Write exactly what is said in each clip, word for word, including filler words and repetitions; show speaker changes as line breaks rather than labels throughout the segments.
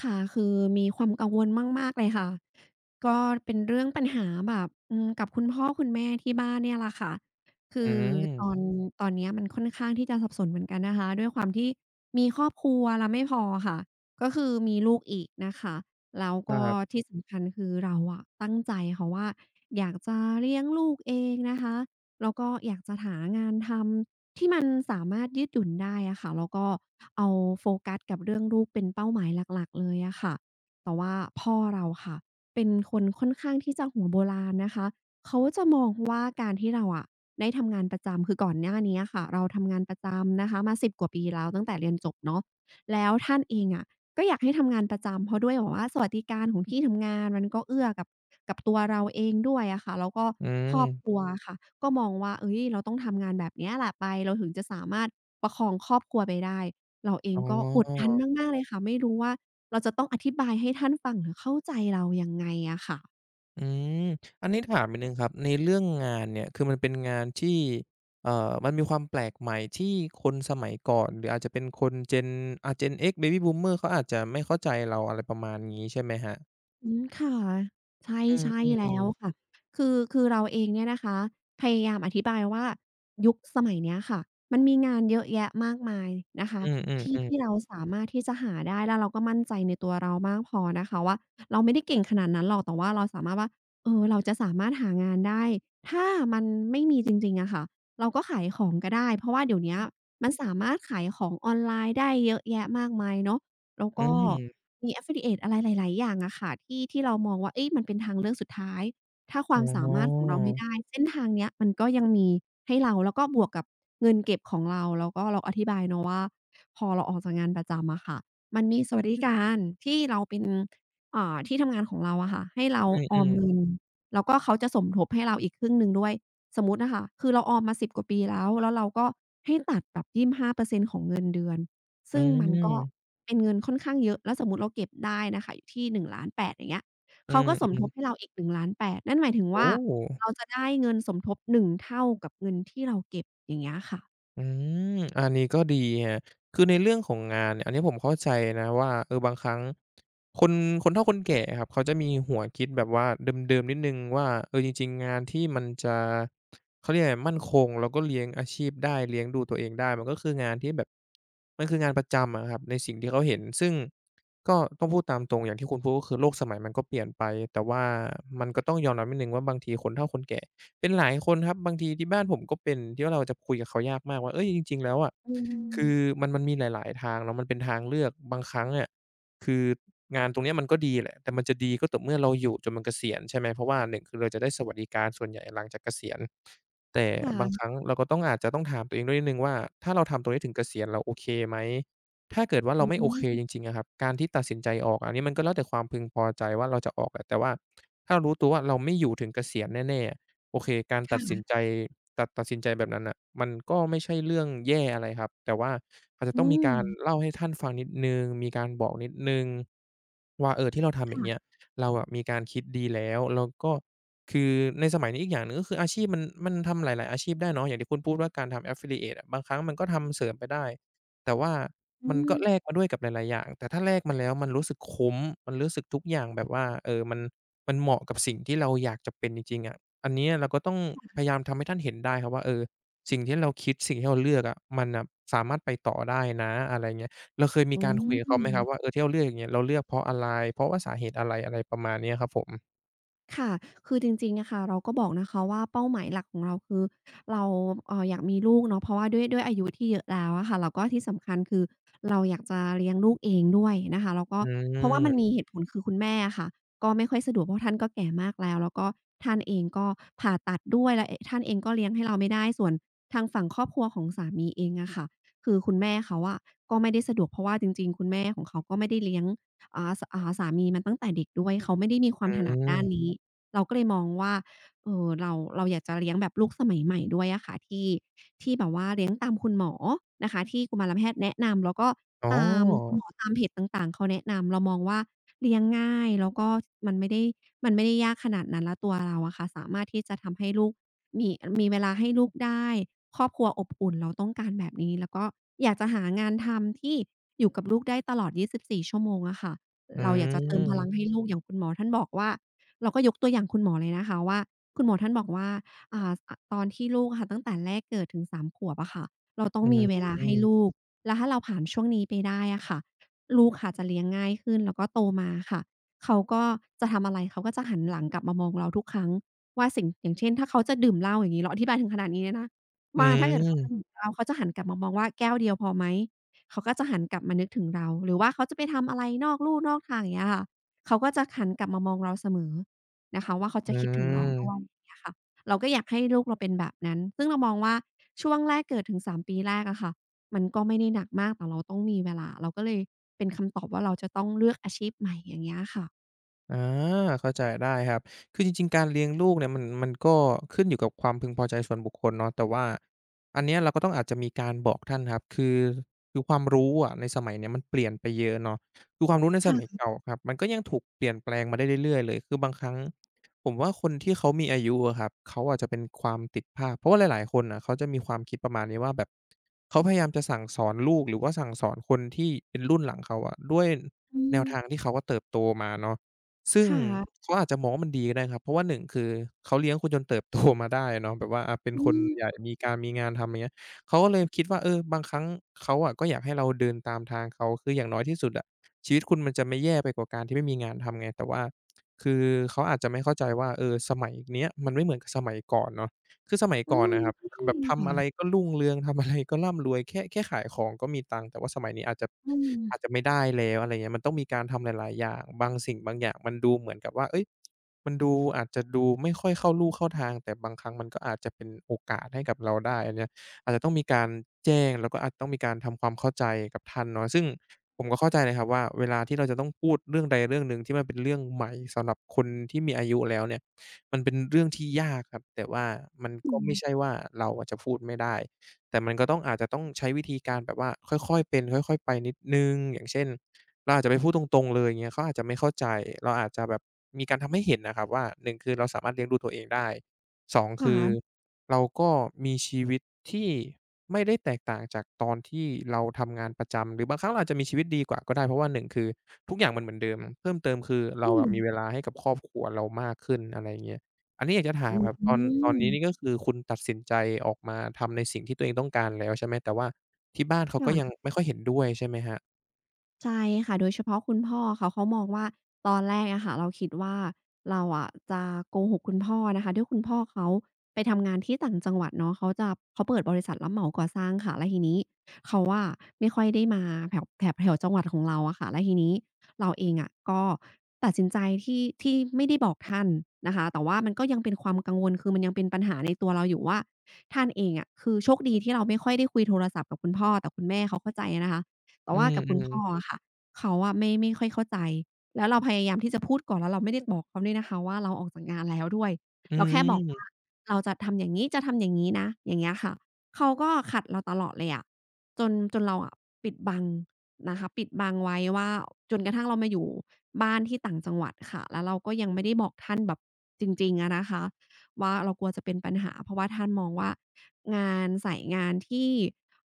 ค่ะคือมีความกังวลมากๆเลยค่ะก็เป็นเรื่องปัญหาแบบอืมกับคุณพ่อคุณแม่ที่บ้านเนี่ยแหละค่ะคื
อื
อตอ
ม
นตอนเนี้ยมันค่อนข้างที่จะสับสนเหมือนกันนะคะด้วยความที่มีครอบครัวแล้วไม่พอค่ะก็คือมีลูกอีกนะคะแล้ว
ค
ก็
รับ
ที่สำคัญคือเราอะตั้งใจค่ะว่าอยากจะเลี้ยงลูกเองนะคะแล้วก็อยากจะหางานทำ มันสามารถยืดหยุ่นได้อะค่ะแล้วก็เอาโฟกัสกับเรื่องลูกเป็นเป้าหมายหลักๆเลยอะค่ะแต่ว่าพ่อเราค่ะเป็นคนค่อนข้างที่จะหัวโบราณนะคะเขาจะมองว่าการที่เราอะได้ทำงานประจำคือก่อนหน้านี้อะค่ะเราทำงานประจำนะคะมาสิบกว่าปีแล้วตั้งแต่เรียนจบเนาะแล้วท่านเองอะ ก็อยากให้ทำงานประจำเพราะด้วยแบบว่าสวัสดิการของที่ทำงานมันก็เอื้อกับกับตัวเราเองด้วยอะค่ะแล้วก็
อื
ครอบค
ม
รัวอะค่ะก็มองว่าเฮ้ยเราต้องทำงานแบบเนี้ยแหละไปเราถึงจะสามารถประคองครอบครัวไปได้เราเอ
อ๋
งก็กดดั
อ
นมมากๆเลยค่ะไม่รู้ว่าเราจะต้องอธิบายให้ท่านฟังหรือเข้าใจเรายังไงอะค่ะ
อืมอันนี้ถามนิดหนึ่งครับในเรื่องงานเนี่ยคือมันเป็นงานที่เอ่อมันมีความแปลกใหม่ที่คนสมัยก่อนหรืออาจจะเป็นคน Gen อ่า Gen X Baby Boomer เขาอาจจะไม่เข้าใจเราอะไรประมาณงี้ใช่ไหมครับ
อืมค่ะใช่
อื
ใช่
ม
แล้ว
ๆ
ค่ะคือคือเราเองเนี่ยนะคะพยายามอธิบายว่ายุคสมัยเนี้ยค่ะมันมีงานเยอะแยะมากมายนะ
ๆ
คะ
อื
ที่
ม
ที่
ๆ
เราสามารถที่จะหาได้แล้วเราก็มั่นใจในตัวเรามากพอนะคะว่าเราไม่ได้เก่งขนาดนั้นหรอกแต่ว่าเราสามารถว่าเออเราจะสามารถหางานได้ถ้ามันไม่มีจริงๆอะค่ะเราก็ขายของก็ได้เพราะว่าเดี๋ยวเนี้ยมันสามารถขายของออนไลน์ได้เยอะแยะมากมายเนาะ แล้ว
ๆอื
ก็
ม
มี affiliate อะไรหลายๆอย่างอะค่ะที่ที่เรามองว่าเอ๊ยมันเป็นทางเลือกสุดท้ายถ้าค
อ
วามสา
๋
มารถของ
อ
เราไม่ได้เส้นทางเนี้ยมันก็ยังมีให้เราแล้วก็บวกกับเงินเก็บของเราแล้วก็เราอธิบายเนาะว่าพอเราออกจากงานประจำอะค่ะมันมีสวัสดิการที่เราเป็นอ่าที่ทำงานของเราอะค่ะให้เราอ
อื
อม
ม
เงิ
ๆ
นแล้วก็เขาจะสมทบให้เราอีกครึ่งหนึ่งด้วยสมมุติอะค่ะคือเราออมมาสิบกว่าปีแล้วแล้วเราก็ให้ตัดแบบยี่บห้าเปอร์เซ็นต์ของเงินเดือน
อื
ซึ่งมั
ม
นก็ เป็นเงินค่อนข้างเยอะ แล้วสมมุติเราเก็บได้นะคะอยู่ที่หนึ่ง แปด ศูนย์ ศูนย์แปดอย่างเงี้ย
อื
เขาก็สมท
ม
บให้
ๆ
เราอีกหนึ่ง แปด ศูนย์ ศูนย์ล้านแปดนั่นหมายถึงว่า
โอ้
เราจะได้เงินสมทบหนึ่งเท่ากับเงินที่เราเก็บอย่างเงี้ยค่ะ
อืมอันนี้ก็ดีคะคือในเรื่องของงานเนี่ยอันนี้ผมเข้าใจนะว่าเออบางครั้งคนคนเฒ่าคนแก่อะครับเขาจะมีหัวคิดแบบว่าเดิมๆนิดหนึ่งว่าเออจริงๆงานที่มันจะเขาเรียกอะไรมั่นคงแล้วก็เลี้ยงอาชีพได้เลี้ยงดูตัวเองได้มันก็คืองานที่แบบมันคืองานประจำอะครับในสิ่งที่เขาเห็นซึ่งก็ต้องพูดตามตรงอย่างที่คุณพูดก็คือโลกสมัยมันก็เปลี่ยนไปแต่ว่ามันก็ต้องยอมรับนิดหนึ่งว่าบางทีคนเฒ่าคนแก่ เป็นหลายคนครับบางทีที่บ้านผมก็เป็นที่ว่าเราจะคุยกับเขายากมากว่าเฮ้ยจริงๆแล้วอะ
อื
คือ
ม
มันมันมีหลายๆทางเนาะมันเป็นทางเลือกบางครั้งอะคืองานตรงเนี้ยมันก็ดีแหละแต่มันจะดีก็ต่อเมื่อเราอยู่จนมันเกษียณใช่ไหมเพราะว่าหนึ่งคือเราจะได้สวัสดิการส่วนใหญ่หลังจากเกษียณแต่บางค
ค่ะ
รั้งเราก็ต้องอาจจะต้องถามตัวเองด้วยนิดหนึ่งว่าถ้าเราทำตรงนี้ถึงเกษียณเราโอเคไหมถ้าเกิดว่าเรา
อื
ไม่โอเคจริ
ม
งๆอะครับการที่ตัดสินใจออกอันนี้มันก็แล้วแต่ความพึงพอใจว่าเราจะออกแหละแต่ว่าถ้าเรารู้ตัวว่าเราไม่อยู่ถึงเกษียณแน่ๆ โอเคการ
ค่
ตัดสิ
ะ
นใจตัดตัดสินใจแบบนั้นน่ะมันก็ไม่ใช่เรื่องแย่อะไรครับแต่ว่าอาจจะต้อ
อื
งมี
ม
การเล่าให้ท่านฟังนิดหนึ่งมีการบอกนิดหนึ่งว่าเออที่เราทำอย่างเงี้ย
ค่ะ
เราอะมีการคิดดีแล้วแล้วก็คือในสมัยนี้อีกอย่างหนึ่งก็คืออาชีพมันมันทำหลายๆอาชีพได้เนาะอย่างที่คุณพูดว่าการทำ affiliate อะบางครั้งมันก็ทำเสริมไปได้แต่ว่า
อื
มันก็
ม
แลกมาด้วยกับหลายๆอย่างแต่ถ้าแลกมาแล้วมันรู้สึกคุ้มมันรู้สึกทุกอย่างแบบว่าเออมันมันเหมาะกับสิ่งที่เราอยากจะเป็นจริงๆอะ อันเนี้ยเราก็ต้องพยายามทำให้ท่านเห็นได้ครับว่าเออสิ่งที่เราคิดสิ่งที่เราเลือกอะมันน่ะสามารถไปต่อได้นะอะไรเงี้ยเราเคยมี
อื
การคุยกับเขาไหมครับว่า
ม
เออที่เราเลือกอย่างเงี้ยเราเลือกเพราะอะไรเพราะว่าสาเหตุอะไรอะไรประมาณเนี้ยครับผม
ค่ะคือจริงๆอะค่ะเราก็บอกนะคะว่าเป้าหมายหลักของเราคือเราเอ่ออยากมีลูกเนาะเพราะว่าด้วยด้วยอายุที่เยอะแล้วอะค่ะแล้วก็ที่สำคัญคือเราอยากจะเลี้ยงลูกเองด้วยนะคะแล้วก็
อื
เพราะว่ามันมี
ม
เหตุผลคือคุณแม่อะค่ะก็ไม่ค่อยสะดวกเพราะท่านก็แก่มากแล้วแล้วก็ท่านเองก็ผ่าตัดด้วยแล้วเอ๊ะท่านเองก็เลี้ยงให้เราไม่ได้ส่วนทางฝั่งครอบครัวของสามีเองอะค่ะคือคุณแม่เขาอะก็ไม่ได้สะดวกเพราะว่าจริงๆคุณแม่ของเขาก็ไม่ได้เลี้ยงอ่าสอ่าสามีมาตั้งแต่เด็กด้วยเขาไม่ได้มีควา
อื
มถนัด
ม
ด้านนี้ เราก็เลยมองว่าเออเราเราอยากจะเลี้ยงแบบลูกสมัยใหม่ด้วยอะค่ะที่ที่แบบว่าเลี้ยงตามคุณหมอนะคะที่กุมารแพทย์แนะนำแล้วก็
อ๋
ตามคุณ
อ
หมอตามเพจต่างๆเขาแนะนำเรามองว่าเลี้ยงง่ายแล้วก็มันไม่ได้มันไม่ได้ยากขนาดนั้นแล้วตัวเราอะค่ะสามารถที่จะทำให้ลูกมีมีเวลาให้ลูกได้ครอบครัวอบอุ่นเราต้องการแบบนี้แล้วก็อยากจะหางานทำที่อยู่กับลูกได้ตลอดยีสี่ชั่วโมงอะค่ะ
อื
เราอยากจะเติมพลังให้
ม
ลูกอย่างคุณหมอท่านบอกว่า เราก็ยกตัวอย่างคุณหมอเลยนะคะว่าคุณหมอท่านบอกว่าอ่าอตอนที่ลูกอะค่ะตั้งแต่แรกเกิดถึงสามขวบอะค่ะเราต้อง
อื
มีเวลาให้ลู
ม
กแล้วถ้าเราผ่านช่วงนี้ไปได้อะค่ะลูกค่ะจะเลี้ยงง่ายขึ้นแล้วก็โตมาค่ะเขาก็จะทำอะไรเขาก็จะหันหลังกลับมามองเราทุกครั้งว่าสิ่งอย่างเช่นถ้าเขาจะดื่มเหล้าอย่างงี้เราอธิบายถึงขนาดนี้เลยนะ
อื
ว่าถ้าเกิดเขาจะดื่ม
ม
เหล้าเขาจะหันกลับมามองว่าแก้วเดียวพอไหมเขาก็จะหันกลับมานึกถึงเราหรือว่าเขาจะไปทำอะไรนอกลู่นอกทางอย่างเงี้ยค่ะเขาก็จะหันกลับมามองเราเสมอ นะคะว่าเขา
อื
จะคิดถึงเราด้วยอ
ม
ย่างเงี้ยค่ะเราก็อยากให้ลูกเราเป็นแบบนั้นซึ่งเรามองว่าช่วงแรกเกิดถึงสามปีแรกอะค่ะมันก็ไม่ได้หนักมากแต่เราต้องมีเวลาเราก็เลยเป็นคำตอบว่าเราจะต้องเลือกอาชีพใหม่อย่างเงี้ยค่ะ
อาเข้าใจได้ครับคือจริงๆการเลี้ยงลูกเนี่ยมันมันก็ขึ้นอยู่กับความพึงพอใจส่วนบุคคลเนาะแต่ว่าอันเนี้ยเราก็ต้องอาจจะมีการบอกท่านครับคือคือความรู้อะในสมัยเนี้ยมันเปลี่ยนไปเยอะเนาะคือความรู้ในสมัย
ค่ะ
เก่าครับมันก็ยังถูกเปลี่ยนแปลงมาได้เรื่อยๆเลยคือบางครั้งผมว่าคนที่เขามีอายุอะครับเขาอาจจะเป็นความติดภาพเพราะว่าหลายๆคนน่ะเขาจะมีความคิดประมาณนี้ว่าแบบเขาพยายามจะสั่งสอนลูกหรือว่าสั่งสอนคนที่เป็นรุ่นหลังเขาอะด้วย
อื
แนว
ม
ทางที่เขาอะเติบโตมาเนาะ ซึ่
ค
ง
่ะ
เขาอาจจะมองว่ามันดีก็ได้ครับเพราะว่าหนึ่งคือเขาเลี้ยงคุณจนเติบโตมาได้อะเนาะแบบว่าอาเป็น
อื
คน
ม
ใหญ่มีการมีงานทำอย่างเงี้ยเขาก็เลยคิดว่าเออบางครั้งเขาอะก็อยากให้เราเดินตามทางเขาคืออย่างน้อยที่สุดอะชีวิตคุณมันจะไม่แย่ไปกว่าการที่ไม่มีงานทำไงแต่ว่าคือเขาอาจจะไม่เข้าใจว่าเออสมัยเนี้ยมันไม่เหมือนกับสมัยก่อนเนาะ คือสมัย
อื
ก่อน
ม
นะครับ
ใช่
แบบทำอะไร
ค่ะ
ก็รุ่งเรืองทำอะไรก็ร่ำรวยแค่แค่ขายของก็มีตังค์แต่ว่าสมัยนี้อาจจะ
อืม
อาจจะไม่ได้แล้วอะไรเงี้ยมันต้องมีการทำหลายๆอย่างบางสิ่งบางอย่างมันดูเหมือนกับว่าเฮ้ยมันดูอาจจะดูไม่ค่อยเข้าลู่เข้าทางแต่บางครั้งมันก็อาจจะเป็นโอกาสให้กับเราได้อันเนี้ยอาจจะต้องมีการแจ้งแล้วก็อาจต้องมีการทำความเข้าใจกับท่านเนาะซึ่งผมก็เข้าใจเลยครับว่าเวลาที่เราจะต้องพูดเรื่องใดเรื่องหนึ่งที่มันเป็นเรื่องใหม่สำหรับคนที่มีอายุแล้วเนี่ย มันเป็นเรื่องที่ยากครับแต่ว่ามัน
อื
ก็
ม
ไม่ใช่ว่าเราอะจะพูดไม่ได้แต่มันก็ต้องอาจจะต้องใช้วิธีการแบบว่าค่อยๆเป็นค่อยๆไปนิดหนึ่งอย่างเช่นเราอาจจะไปพูดตรงๆเลยอย่างเงี้ยเขาอาจจะไม่เข้าใจเราอาจจะแบบมีการทำให้เห็นน่ะครับว่าหนึ่งคือเราสามารถเลี้ยงดูตัวเองได้สองคือ
ค่ะ
เราก็มีชีวิตที่ไม่ได้แตกต่างจากตอนที่เราทำงานประจำหรือบางครั้งเราอาจจะมีชีวิตดีกว่าก็ได้เพราะว่าหนึ่งคือทุกอย่างมันเหมือนเดิมเพิ่มเติมคือเรา
อื
อะ
ม
มีเวลาให้กับครอบครัวเรามากขึ้นอะไรอย่างเงี้ย อันนี้อยากจะถา
อื
มครับตอนตอนนี้
ม
นี่ก็คือคุณตัดสินใจออกมาทำในสิ่งที่ตัวเองต้องการแล้วใช่ไหมแต่ว่าที่บ้านเขาก็ยัง
ค่ะ
ไม่ค่อยเห็นด้วยใช่ไหมครับ
ใช่ค่ะโดยเฉพาะคุณพ่อเขาเขามองว่าตอนแรกอะค่ะเราคิดว่าเราอะจะโกหกคุณพ่อนะคะด้วยคุณพ่อเขาไปทำงานที่ต่างจังหวัดเนาะเขาจะเขาเปิดบริษัทรับเหมาก่อสร้างค่ะแล้วทีนี้เขาอะไม่ค่อยได้มาแถวแถบแถวจังหวัดของเราอะค่ะแล้วทีนี้เราเองอะก็ตัดสินใจที่ที่ไม่ได้บอกท่านนะคะแต่ว่ามันก็ยังเป็นความกังวลคือมันยังเป็นปัญหาในตัวเราอยู่ว่าท่านเองอะคือโชคดีที่เราไม่ค่อยได้คุยโทรศัพท์กับคุณพ่อแต่คุณแม่เขาเข้าใจนะคะ แต่
อื
ว่ากับคุณ
ม
พ่ออะ
ๆ
ค่ะเขาอะไม่ไม่ค่อยเข้าใจแล้วเราพยายามที่จะพูดก่อนแล้วเราไม่ได้บอกเขาด้วยนะคะว่าเราออกจากงานแล้วด้วย
อื
เราแค่บอกว่า
ม
เราจะทำอย่างงี้จะทำอย่างงี้นะอย่างเงี้ยค่ะเขาก็ขัดเราตลอดเลยอะจนจนเราอะปิดบังนะคะปิดบังไว้ว่าจนกระทั่งเรามาอยู่บ้านที่ต่างจังหวัดค่ะแล้วเราก็ยังไม่ได้บอกท่านแบบจริงๆอะนะคะว่าเรากลัวจะเป็นปัญหาเพราะว่าท่านมองว่างานสายงานที่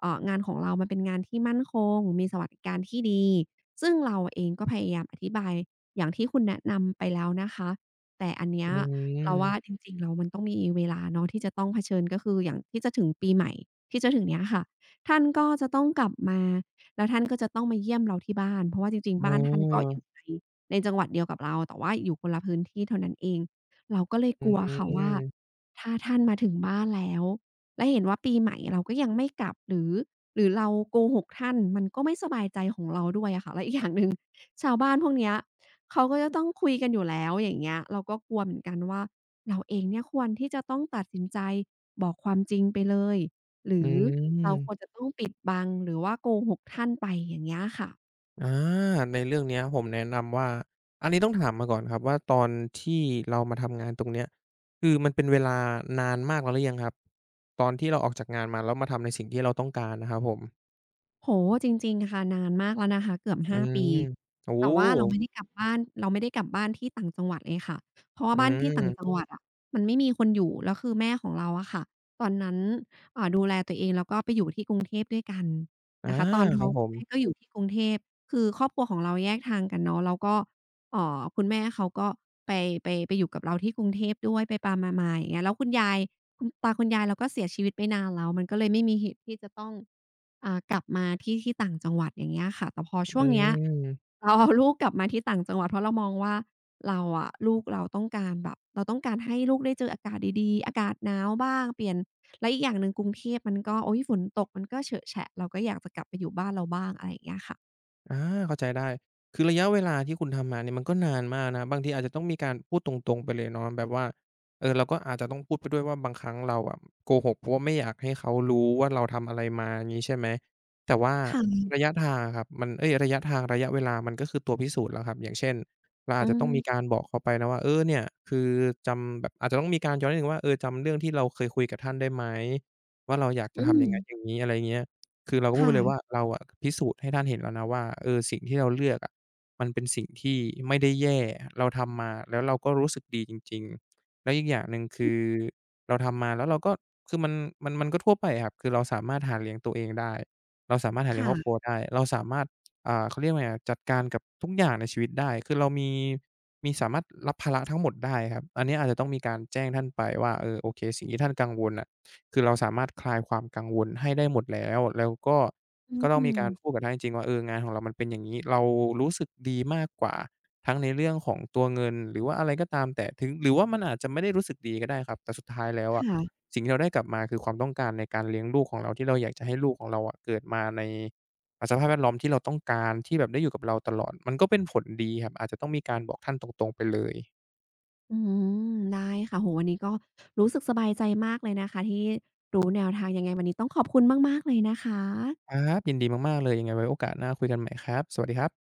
เอ่องานของเรามันเป็นงานที่มั่นคงมีสวัสดิการที่ดีซึ่งเราเองก็พยายามอธิบายอย่างที่คุณแนะนำไปแล้วนะคะแต่อันเนี้ย
อื
เรา
ม
ว่าจริงๆแล้วมันต้องมีเวลาเนาะที่จะต้องเผชิญก็คืออย่างที่จะถึงปีใหม่ที่จะถึงเนี้ยค่ะท่านก็จะต้องกลับมาแล้วท่านก็จะต้องมาเยี่ยมเราที่บ้านเพราะว่าจริงๆ
อ๋
บ้านท่านก็
อ
อยู่ในในจังหวัดเดียวกับเราแต่ว่าอยู่คนละพื้นที่เท่านั้นเองเราก็เลย
อื
กลัวค่ะว่า
ม
ถ้าท่านมาถึงบ้านแล้ว และเห็นว่าปีใหม่เราก็ยังไม่กลับหรือหรือเราโกหกท่านมันก็ไม่สบายใจของเราด้วยอะค่ะและอีกอย่างหนึ่งชาวบ้านพวกเนี้ยเขาก็จะต้องคุยกันอยู่แล้วอย่างเงี้ยเราก็กลัวเหมือนกันว่าเราเองเนี่ยควรที่จะต้องตัดสินใจบอกความจริงไปเลยหรื
อื
อเราควรจะ
ม
ต้องปิดบังหรือว่าโกหกท่านไปอย่างเงี้ยค่ะ
อาในเรื่องเนี้ยผมแนะนำว่าอันนี้ต้องถามมาก่อนครับว่าตอนที่เรามาทำงานตรงเนี้ยคือมันเป็นเวลานานมากแล้วหรือยังครับตอนที่เราออกจากงานมาแล้วมาทำในสิ่งที่เราต้องการนะครับผม
โอ้โฮจริงๆค่ะนานมากแล้วนะคะเกือบ
อื
ห้าปี
มโอ้โ
แต่ว่าเราไม่ได้
ฮ
กลับบ้านเราไม่ได้กลับบ้านที่ต่างจังหวัดเลยค่ะเพราะว่า
อื
บ้านที่ต่างจัง
ม
หวัดอะมันไม่มีคนอยู่แล้วคือแม่ของเราอะค่ะตอนนั้นอ่าดูแลตัวเองแล้วก็ไปอยู่ที่กรุงเทพด้วยกัน
อา
นะคะตอน
ค
ท้อ
รั
ง
บผ
คุณ
ม
แม่ก็อยู่ที่กรุงเทพคือครอบครัวของเราแยกทางกันเนาะแล้วก็เอ่อคุณแม่เขาก็ไปไปไปอยู่กับเราที่กรุงเทพด้วยไปๆมาๆอย่างเงี้ยแล้วคุณยายคุณตาคุณยายเราก็เสียชีวิตไปนานแล้วมันก็เลยไม่มีเหตุที่จะต้อง อ่ากลับมาที่ที่ต่างจังหวัดอย่างเงี้ยค่ะแต่พอช่
อื
วงเนี้ย
ม
เราเอาลูกกลับมาที่ต่างจังหวัดเพราะเรามองว่าเราอะลูกเราต้องการแบบเราต้องการให้ลูกได้เจออากาศดีๆอากาศหนาวบ้างเปลี่ยนและอีกอย่างหนึ่งกรุงเทพมันก็โอ๊ยฝนตกมันก็เฉอะแฉะเราก็อยากจะกลับไปอยู่บ้านเราบ้างอะไรอย่างเงี้ยค่ะ
อาเข้าใจได้คือระยะเวลาที่คุณทำมาเนี่ยมันก็นานมากนะบางทีอาจจะต้องมีการพูดตรงๆไปเลยเนาะแบบว่าเออเราก็อาจจะต้องพูดไปด้วยว่าบางครั้งเราอะโกหกเพราะว่าไม่อยากให้เขารู้ว่าเราทำอะไรมาอย่างงี้ใช่ไหมแต่ว่า
ค่ะ
ระยะทางอะครับมันเอ๊ยระยะทางระยะเวลามันก็คือตัวพิสูจน์แล้วครับอย่างเช่นเรา
อื
อาจจะต้อง
ม
มีการบอกเขาไปนะว่าเออเนี่ยคือจำแบบอาจจะต้องมีการย้อนนิดหนึ่งว่าเออจำเรื่องที่เราเคยคุยกับท่านได้ไหมว่าเราอยากจะ
อื
ทำ
ม
อย่างงั้นอย่างงี้อะไรเงี้ย คือเราก็พูดไป
ค่ะ
เลยว่าเราอะพิสูจน์ให้ท่านเห็นแล้วนะว่าเออสิ่งที่เราเลือกอะมันเป็นสิ่งที่ไม่ได้แย่เราทำมาแล้วเราก็รู้สึกดีจริงๆแล้วอีกอย่างหนึ่งคือเราทำมาแล้วเราก็คือมันมันมันก็ทั่วไปอะครับคือเราสามารถหาเลี้ยงตัวเองได้เราสามารถหาเลี้ยงครอบครัว
ค่ะ
ได้เราสามารถอ่าเขาเรียกว่าไงอะจัดการกับทุกอย่างในชีวิตได้คือเรามีมีสามารถรับภาระทั้งหมดได้ครับอันนี้อาจจะต้องมีการแจ้งท่านไปว่าเออโอเคสิ่งที่ท่านกังวลน่ะ คือเราสามารถคลายความกังวลให้ได้หมดแล้วแล้วก็
อื
ก็ต้องมี
ม
การพูดกับท่านจริงๆว่าเอองานของเรามันเป็นอย่างงี้เรารู้สึกดีมากกว่าทั้งในเรื่องของตัวเงินหรือว่าอะไรก็ตามแต่ถึงหรือว่ามันอาจจะไม่ได้รู้สึกดีก็ได้ครับแต่สุดท้ายแล้วอะ
ค่ะ
สิ่งที่เราได้กลับมาคือความต้องการในการเลี้ยงลูกของเราที่เราอยากจะให้ลูกของเราอะเกิดมาในอ่าสภาพแวดล้อมที่เราต้องการที่แบบได้อยู่กับเราตลอดมันก็เป็นผลดีครับอาจจะต้องมีการบอกท่านตรงๆไปเลย
อืมได้ค่ะโอ้โฮวันนี้ก็รู้สึกสบายใจมากเลยนะคะที่รู้แนวทางยังไงวันนี้ต้องขอบคุณมากๆเลยนะคะ
ครับยินดีมากๆเลยยังไงไว้โอกาสหน้าคุยกันใหม่ครับสวัสดีครับ